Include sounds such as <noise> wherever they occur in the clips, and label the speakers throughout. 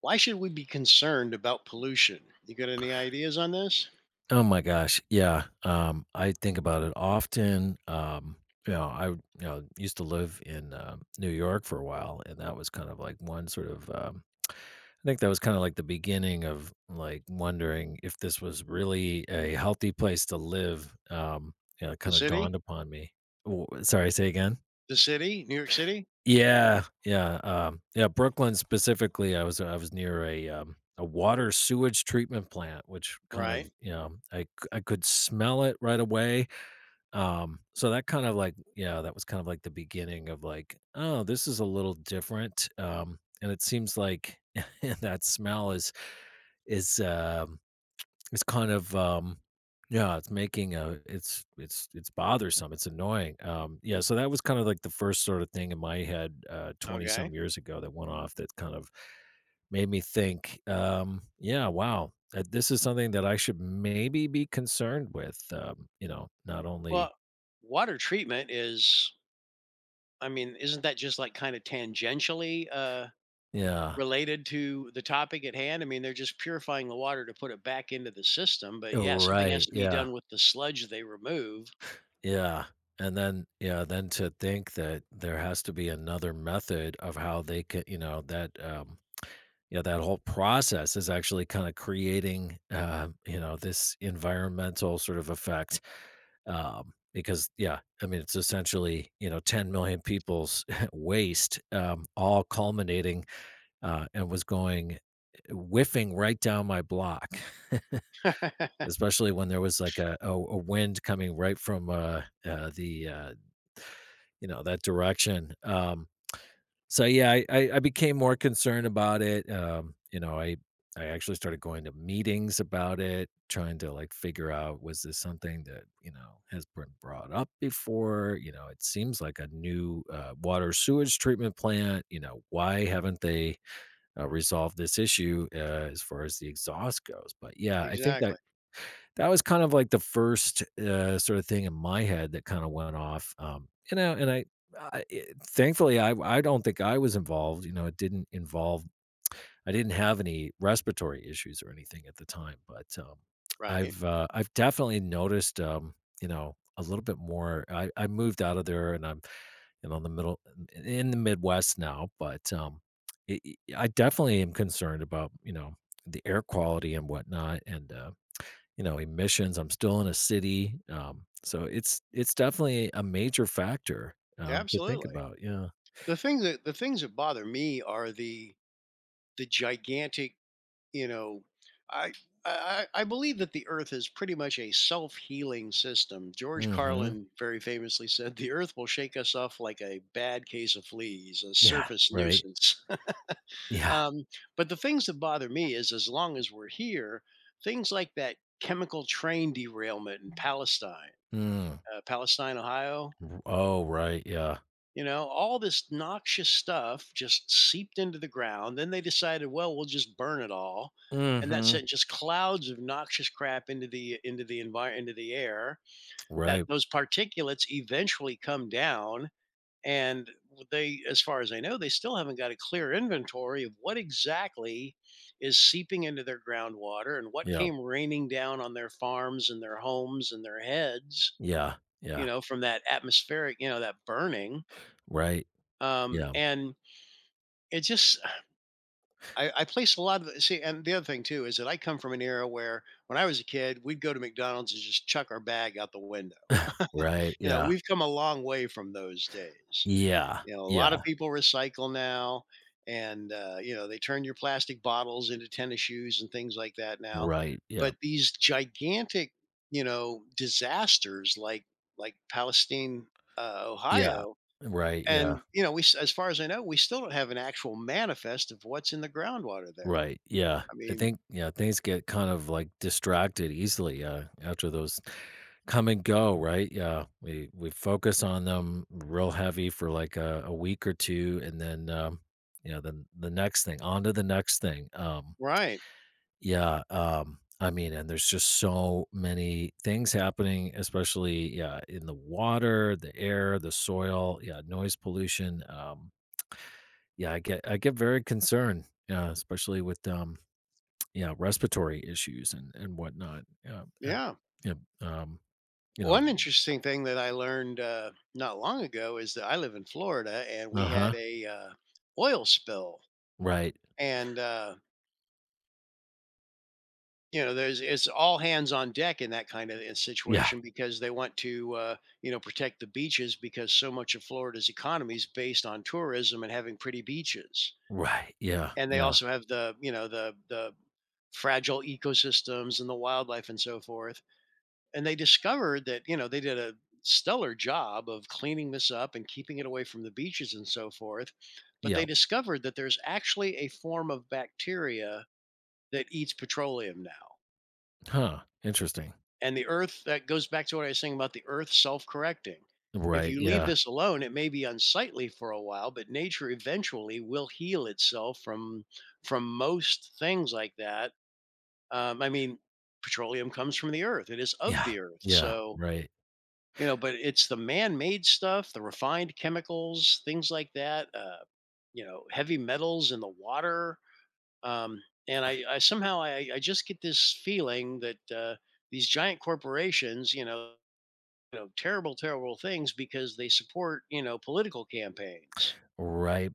Speaker 1: Why should we be concerned about pollution? You got any ideas on this?
Speaker 2: Oh my gosh, yeah, I think about it often. You know, I Used to live in New York for a while, and that was kind of like one sort of, I think that was kinda like the beginning of, like, wondering if this was really a healthy place to live. It
Speaker 1: The
Speaker 2: kinda dawned
Speaker 1: city?
Speaker 2: upon me. W sorry, say again?
Speaker 1: The city? New York City?
Speaker 2: Yeah, yeah, yeah, Brooklyn specifically, I was near a water sewage treatment plant, which kind of,
Speaker 1: Right.
Speaker 2: you know, I could smell it right away, so that kind of like yeah, that was kind of like the beginning of like, "Oh, this is a little different," and it seems like <laughs> that smell is is, um it's kind of, yeah, it's making a it's bothersome, it's annoying. Yeah, so that was kind of like the first sort of thing in my head,
Speaker 1: Okay.
Speaker 2: 20-some years ago that went off that kind of made me think, "Yeah, wow, this is something that I should maybe be concerned with." Not only
Speaker 1: Well, water treatment is, I mean, isn't that just like kind of tangentially
Speaker 2: yeah.
Speaker 1: related to the topic at hand? I mean, they're just purifying the water to put it back into the system. But
Speaker 2: Oh,
Speaker 1: yeah, something has
Speaker 2: right,
Speaker 1: to be
Speaker 2: yeah,
Speaker 1: done with the sludge they remove.
Speaker 2: yeah, and then yeah, then to think that there has to be another method of how they can, you know. Yeah, that whole process is actually kinda creating, you know, this environmental sort of effect, because yeah, I mean, it's essentially, you know, 10 million people's <laughs> waste, all culminating, and was going eh, whiffing right down my block, <laughs>
Speaker 1: <laughs>
Speaker 2: especially when there was like a wind coming right from, you know, that direction. So yeah, I became more concerned about it. I actually started going to meetings about it, trying to, like, figure out was this something that, you know, has been brought up before. You know, it seems like a new, water sewage treatment plant. You know, why haven't they, resolved this issue, as far as the exhaust goes? But yeah, I think that
Speaker 1: Exactly.
Speaker 2: that was kind of like the first, sort of thing in my head that kinda went off. You know, and I it Thankfully, I don't think I was involved. You know, it didn't involve I didn't have any respiratory issues or anything at the time, but,
Speaker 1: Right.
Speaker 2: I've definitely noticed, you know, a little bit more. I moved out of there, and I'm, you know, in the middle in the Midwest now, but, um, i i I definitely am concerned about, you know, the air quality and whatnot, and, you know, emissions. I'm still in a city, so it's definitely a major factor,
Speaker 1: Yeah,
Speaker 2: to think
Speaker 1: absolutely.
Speaker 2: about, yeah.
Speaker 1: The thing that the things that bother me are the gigantic, you know, i I believe that the earth is pretty much a self-healing system. George
Speaker 2: Mhm.
Speaker 1: Carlin very famously said the earth will shake us off like a bad case of fleas, a
Speaker 2: Yeah,
Speaker 1: surface
Speaker 2: right.
Speaker 1: nuisance. <laughs>
Speaker 2: Yeah.
Speaker 1: um, but the things that bother me is, as long as we're here, things like that chemical train derailment in Palestine,
Speaker 2: Mm.
Speaker 1: Palestine, Ohio.
Speaker 2: R oh, right, yeah.
Speaker 1: You know, all this noxious stuff just seeped into the ground. Then they decided, well, we'll just burn it all. And that
Speaker 2: Mhm.
Speaker 1: sent just clouds of noxious crap into the environment, into the air. That
Speaker 2: Right,
Speaker 1: those particulates eventually come down. And they, as far as I know, they still haven't got a clear inventory of what exactly is seeping into their groundwater and what
Speaker 2: yeah.
Speaker 1: came raining down on their farms and their homes and their heads,
Speaker 2: Yeah,
Speaker 1: you
Speaker 2: yeah.
Speaker 1: know, from that atmospheric, you know, that burning.
Speaker 2: Right,
Speaker 1: Um,
Speaker 2: yeah.
Speaker 1: and it just I place a lot of the, see, and the other thing too is that I come from an era where when I was a kid we'd go to McDonald's and just chuck our bag out the window.
Speaker 2: Right,
Speaker 1: You know,
Speaker 2: yeah.
Speaker 1: we've come a long way from those days.
Speaker 2: Yeah,
Speaker 1: You know, a lot
Speaker 2: yeah.
Speaker 1: of people recycle now, and you know, they turn your plastic bottles into tennis shoes and things like that now.
Speaker 2: Right, yeah.
Speaker 1: But these gigantic, you know, disasters like Palestine,
Speaker 2: Yeah.
Speaker 1: Ohio.
Speaker 2: Right, yeah.
Speaker 1: And you know we s- as far as I know, we still don't have an actual manifest of what's in the groundwater there.
Speaker 2: Right, yeah.
Speaker 1: I
Speaker 2: I
Speaker 1: mean,
Speaker 2: think yeah, things get kind of, like, distracted easily, after those come and go, right? Yeah, we focus on them real heavy for like a week or two, and then then the next thing, on to the next thing.
Speaker 1: right.
Speaker 2: Yeah, I mean, and there's just so many things happening, especially yeah, in the water, the air, the soil, yeah, noise pollution. Yeah, I get very concerned, yeah, especially with yeah, respiratory issues and whatnot. Yeah,
Speaker 1: Yeah.
Speaker 2: yeah, um, you know,
Speaker 1: One interesting thing that I learned not long ago is that I live in Florida and we
Speaker 2: uh huh,
Speaker 1: had a oil spill.
Speaker 2: right.
Speaker 1: And, you know, there's it's all hands on deck in that kind of a
Speaker 2: Yeah.
Speaker 1: situation because they want to, you know, protect the beaches because so much of Florida's economy is based on tourism and having pretty beaches.
Speaker 2: Right. Yeah.
Speaker 1: And they
Speaker 2: Yeah.
Speaker 1: also have the, you know, the fragile ecosystems and the wildlife and so forth, and they discovered that, you know, they did a stellar job of cleaning this up and keeping it away from the beaches and so forth, but they
Speaker 2: Yeah.
Speaker 1: discovered that there's actually a form of bacteria that eats petroleum now.
Speaker 2: Huh. Interesting.
Speaker 1: And the earth, that goes back to what I was saying about the earth self-correcting. If
Speaker 2: Right.
Speaker 1: you leave
Speaker 2: Yeah.
Speaker 1: this alone, it may be unsightly for a while, but nature eventually will heal itself from most things like that. I mean petroleum comes from the earth, it is of
Speaker 2: Yeah.
Speaker 1: the earth,
Speaker 2: Yeah.
Speaker 1: so
Speaker 2: Right.
Speaker 1: you know, but it's the man-made stuff, the refined chemicals, things like that, you know, heavy metals in the water, um, and I somehow I just get this feeling that, these giant corporations, you know, you know, terrible, terrible things because they support, you know, political campaigns.
Speaker 2: Right.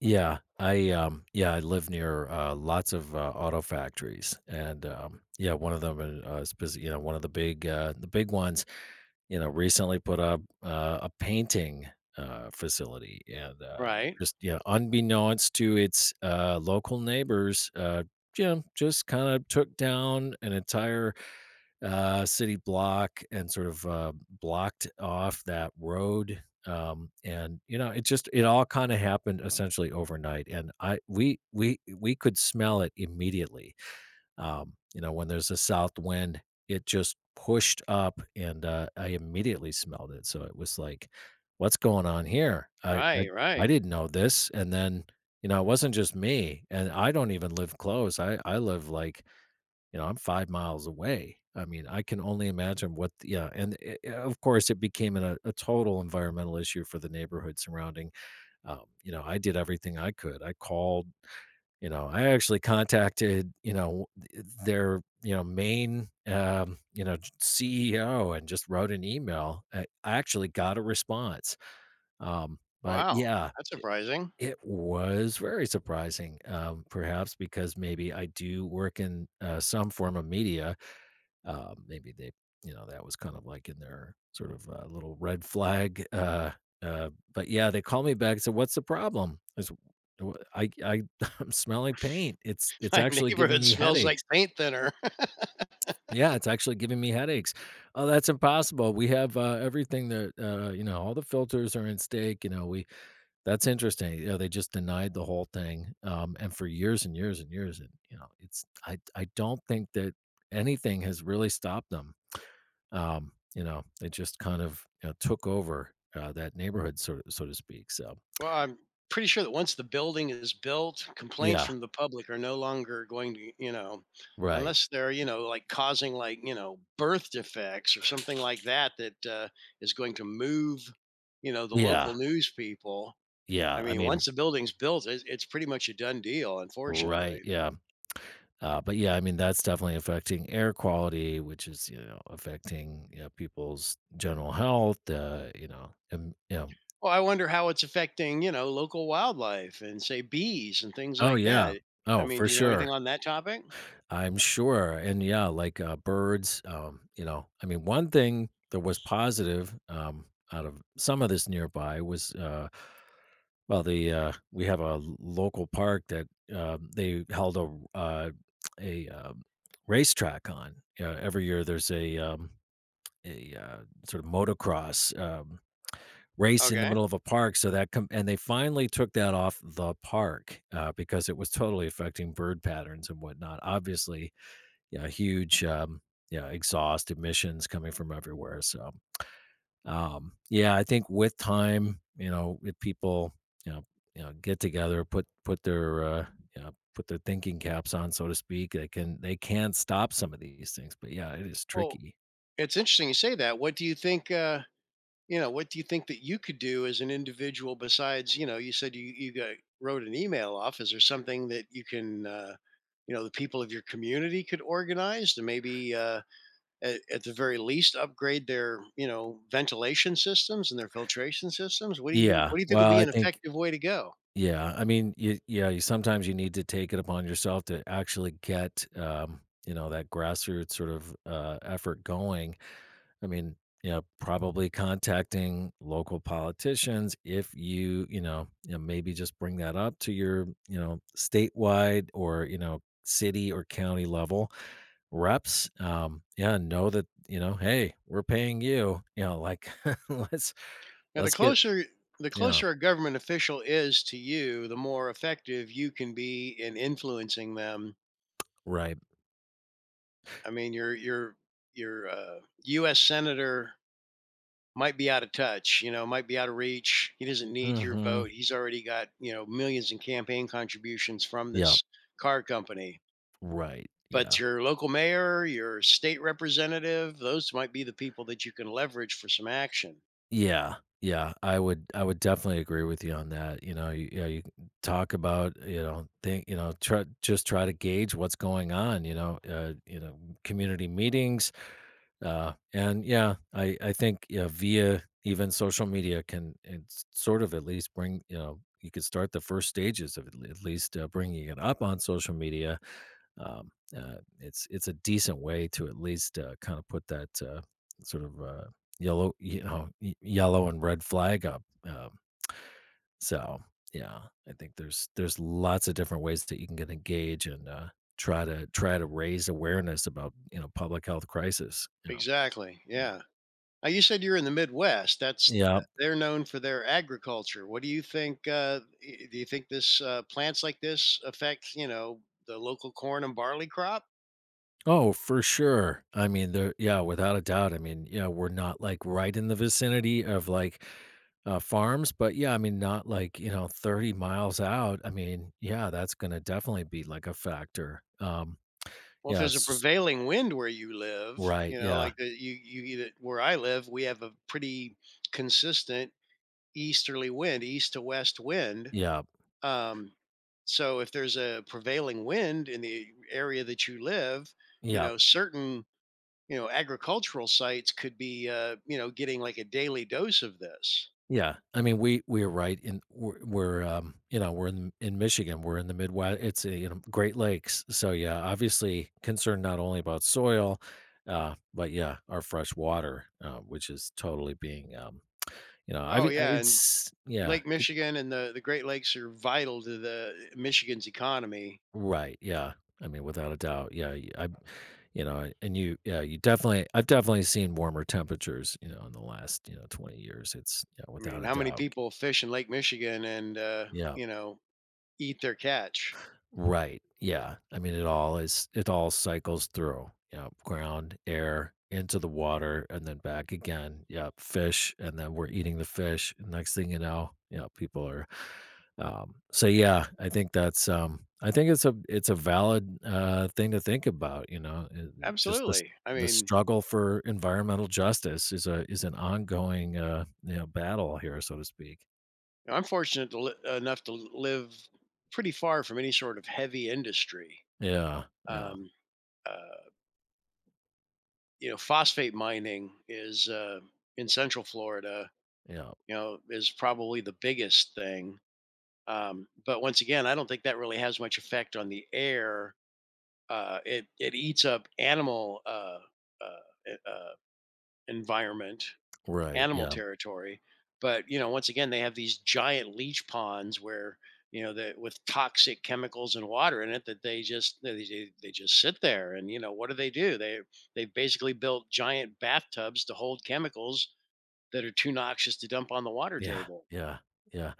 Speaker 2: Yeah. I Yeah, I live near lots of auto factories and yeah, one of them you know, one of the big ones, you know, recently put up a painting facility and
Speaker 1: Right.
Speaker 2: just yeah, unbeknownst to its local neighbors. Yeah, just kind of took down an entire city block and sort of blocked off that road. And you know, it just it all kind of happened essentially overnight. And I we could smell it immediately. You know, when there's a south wind, it just pushed up, and I immediately smelled it. So it was like, what's going on here?
Speaker 1: Right,
Speaker 2: I
Speaker 1: right.
Speaker 2: didn't know this. And then you know, it wasn't just me, and I don't even live close. I live like you know, I'm 5 miles away. I mean, I can only imagine what yeah, and, of course, it became an a total environmental issue for the neighborhood surrounding. You know, I did everything I could. I called, you know, I actually contacted, you know, th their, you know, main, you know, j CEO and just wrote an email. I actually got a response. But
Speaker 1: Wow,
Speaker 2: yeah,
Speaker 1: that's surprising.
Speaker 2: it was very surprising, perhaps because maybe I do work in, some form of media. Maybe they You know, that was kind of like in their sort of, little red flag, but yeah, they call me back and said, "What's the problem?" I said, "W I <laughs> I'm smelling paint.
Speaker 1: <laughs>
Speaker 2: It's
Speaker 1: My
Speaker 2: actually giving
Speaker 1: neighborhood
Speaker 2: me
Speaker 1: smells like
Speaker 2: headaches."
Speaker 1: paint thinner.
Speaker 2: Yeah, "It's actually giving me headaches." "Oh, that's impossible. We have, everything that, you know, all the filters are in stake, you know, we." "That's interesting." You know, they just denied the whole thing, and for years and years and years, and, you know, it's I don't think that anything has really stopped them. You know, it just kind of, you know, took over, that neighborhood, so so to speak. So
Speaker 1: Well, I'm pretty sure that once the building is built, complaints
Speaker 2: yeah,
Speaker 1: from the public are no longer going to, you know,
Speaker 2: right.
Speaker 1: unless they're, you know, like causing like, you know, birth defects or something like that, that is going to move, you know, the
Speaker 2: Yeah,
Speaker 1: local news people.
Speaker 2: yeah,
Speaker 1: I
Speaker 2: I
Speaker 1: mean,
Speaker 2: mean
Speaker 1: once the building's built, it's pretty much a done deal,
Speaker 2: right,
Speaker 1: unfortunately.
Speaker 2: yeah. But, yeah, I mean, that's definitely affecting air quality, which is, you know, affecting, you know, people's general health, you know, and, you know
Speaker 1: Well, I wonder how it's affecting, you know, local wildlife and say bees and things
Speaker 2: oh,
Speaker 1: like
Speaker 2: yeah.
Speaker 1: that. I
Speaker 2: Oh,
Speaker 1: mean,
Speaker 2: for
Speaker 1: do you know anything
Speaker 2: sure.
Speaker 1: on that topic?
Speaker 2: I'm sure, and, yeah, like, birds, you know I mean, one thing that was positive, out of some of this nearby was, well, the, we have a local park that, they held a a, um, racetrack on. You every year there's a, a, uh, sort of motocross, race in the
Speaker 1: Okay.
Speaker 2: middle of a park, so that com and they finally took that off the park, because it was totally affecting bird patterns and whatnot. Obviously, yeah, huge, yeah, exhaust emissions coming from everywhere. So yeah I think with time you know if people you know get together put their you know put their thinking caps on so to speak, they can stop some of these things. But yeah, it is
Speaker 1: Well,
Speaker 2: tricky.
Speaker 1: it's interesting you say that. What do you think? You know, what do you think that you could do as an individual besides, you know, you said you got, wrote an email off? Is there something that you can, you know, the people of your community could organize to maybe, at the very least, upgrade their, you know, ventilation systems and their filtration systems?
Speaker 2: Yeah,
Speaker 1: What do you think would
Speaker 2: well
Speaker 1: be
Speaker 2: I
Speaker 1: an
Speaker 2: think
Speaker 1: effective way to go?
Speaker 2: yeah, I mean you, yeah you sometimes you need to take it upon yourself to actually get you know that grassroots sort of effort going. I mean, you know, probably contacting local politicians if you, you know, maybe just bring that up to your, you know, statewide or, you know, city or county level reps. Yeah, know that, you know, hey, we're paying you. You know, like <laughs> let's
Speaker 1: Now,
Speaker 2: let's get
Speaker 1: the
Speaker 2: yeah,
Speaker 1: closer a government official is to you, the more effective you can be in influencing them.
Speaker 2: right.
Speaker 1: I mean, your U.S. senator might be out of touch, you know, might be out of reach. He doesn't need your
Speaker 2: Hmm.
Speaker 1: vote. He's already got, you know, millions in campaign contributions from
Speaker 2: Yeah,
Speaker 1: this car company.
Speaker 2: right.
Speaker 1: But
Speaker 2: Yeah.
Speaker 1: your local mayor, your state representative, those might be the people that you can leverage for some action.
Speaker 2: Yeah, yeah, I would definitely agree with you on that, you know, you yeah, you can talk about, you know, think, you know, try just try to gauge what's going on, you know, community meetings, and yeah, I think, yeah, via even social media can it's sort of at least bring, you know, you could start the first stages of at least, bringing it up on social media, um, it's a decent way to at least kind of put that sort of uh, yellow, you know, yellow and red flag up. So yeah, I think there's lots of different ways that you can get engaged and try to try to raise awareness about you know public health crisis. You know,
Speaker 1: Exactly.
Speaker 2: yeah,
Speaker 1: Yeah. Now you said you're in the Midwest. That's
Speaker 2: yeah.
Speaker 1: they're known for their agriculture. What do you think? I- do you think this plants like this affect, you know, the local corn and barley crop?
Speaker 2: Oh, for sure. I mean, there, yeah, without a doubt. I mean, yeah, we're not like right in the vicinity of like farms, but yeah, I mean, not like, you know, 30 miles out. I mean, yeah, that's going to definitely be like a factor.
Speaker 1: Well, if
Speaker 2: Yeah,
Speaker 1: there's a
Speaker 2: s-
Speaker 1: prevailing wind where you live,
Speaker 2: right.
Speaker 1: you know,
Speaker 2: Yeah.
Speaker 1: like the, you either where I live, we have a pretty consistent easterly wind, east to west wind.
Speaker 2: Yeah.
Speaker 1: Um, so if there's a prevailing wind in the area that you live, you
Speaker 2: Yeah.
Speaker 1: know, certain, you know, agricultural sites could be, you know, getting like a daily dose of this.
Speaker 2: Yeah, I mean, we're you know we're in Michigan, we're in the Midwest. It's you know Great Lakes, so yeah, obviously concerned not only about soil, but yeah, our fresh water, which is totally being you know I
Speaker 1: Oh
Speaker 2: mean
Speaker 1: yeah, and
Speaker 2: it's yeah
Speaker 1: Lake
Speaker 2: it,
Speaker 1: Michigan and the Great Lakes are vital to the Michigan's economy.
Speaker 2: right yeah I mean without a doubt yeah y- I you know and you yeah you definitely I've definitely seen warmer temperatures you know in the last you know 20 years. It's yeah
Speaker 1: I mean,
Speaker 2: without a
Speaker 1: how many
Speaker 2: doubt
Speaker 1: people fish in Lake Michigan and,
Speaker 2: yeah
Speaker 1: you know, eat their catch?
Speaker 2: right. Yeah. I mean, it all is, it all cycles through, you know, ground, air, into the water, and then back again. Yeah, fish. And then we're eating the fish. And next thing you know, people are, so yeah, I think that's, I think it's a valid, thing to think about, you know, just
Speaker 1: Absolutely. I
Speaker 2: the
Speaker 1: mean,
Speaker 2: struggle for environmental justice is a, is an ongoing, you know, battle here, so to speak.
Speaker 1: I'm fortunate to li- enough to live pretty far from any sort of heavy industry.
Speaker 2: Yeah. Yeah.
Speaker 1: Um, uh, you know, phosphate mining is in Central Florida.
Speaker 2: Yeah.
Speaker 1: You know, is probably the biggest thing. But once again, I don't think that really has much effect on the air. It it eats up animal uh, e- uh, environment,
Speaker 2: Right.
Speaker 1: animal
Speaker 2: Yeah.
Speaker 1: territory. But you know, once again, they have these giant leech ponds where you know that with toxic chemicals and water in it that they just sit there, and you know what do they do, they they've basically built giant bathtubs to hold chemicals that are too noxious to dump on the water
Speaker 2: Yeah,
Speaker 1: table.
Speaker 2: yeah, yeah.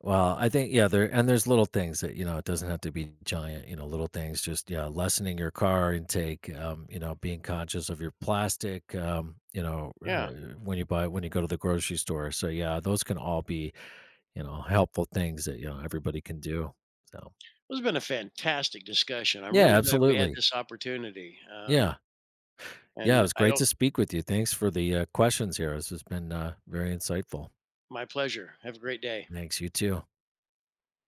Speaker 2: Well, I think yeah, there and there's little things that you know it doesn't have to be giant. You know, little things just yeah, lessening your car intake. You know, being conscious of your plastic.
Speaker 1: Yeah,
Speaker 2: When you buy when you go to the grocery store. So yeah, those can all be you know helpful things that you know everybody can do. So
Speaker 1: this has been a fantastic discussion, I'm
Speaker 2: yeah,
Speaker 1: really glad we had
Speaker 2: absolutely.
Speaker 1: this opportunity. um,
Speaker 2: Yeah, yeah. It
Speaker 1: and
Speaker 2: was
Speaker 1: I
Speaker 2: great
Speaker 1: don't
Speaker 2: to speak with you. Thanks for the questions here. This has been very insightful.
Speaker 1: my pleasure, have a great day.
Speaker 2: Thanks. You too.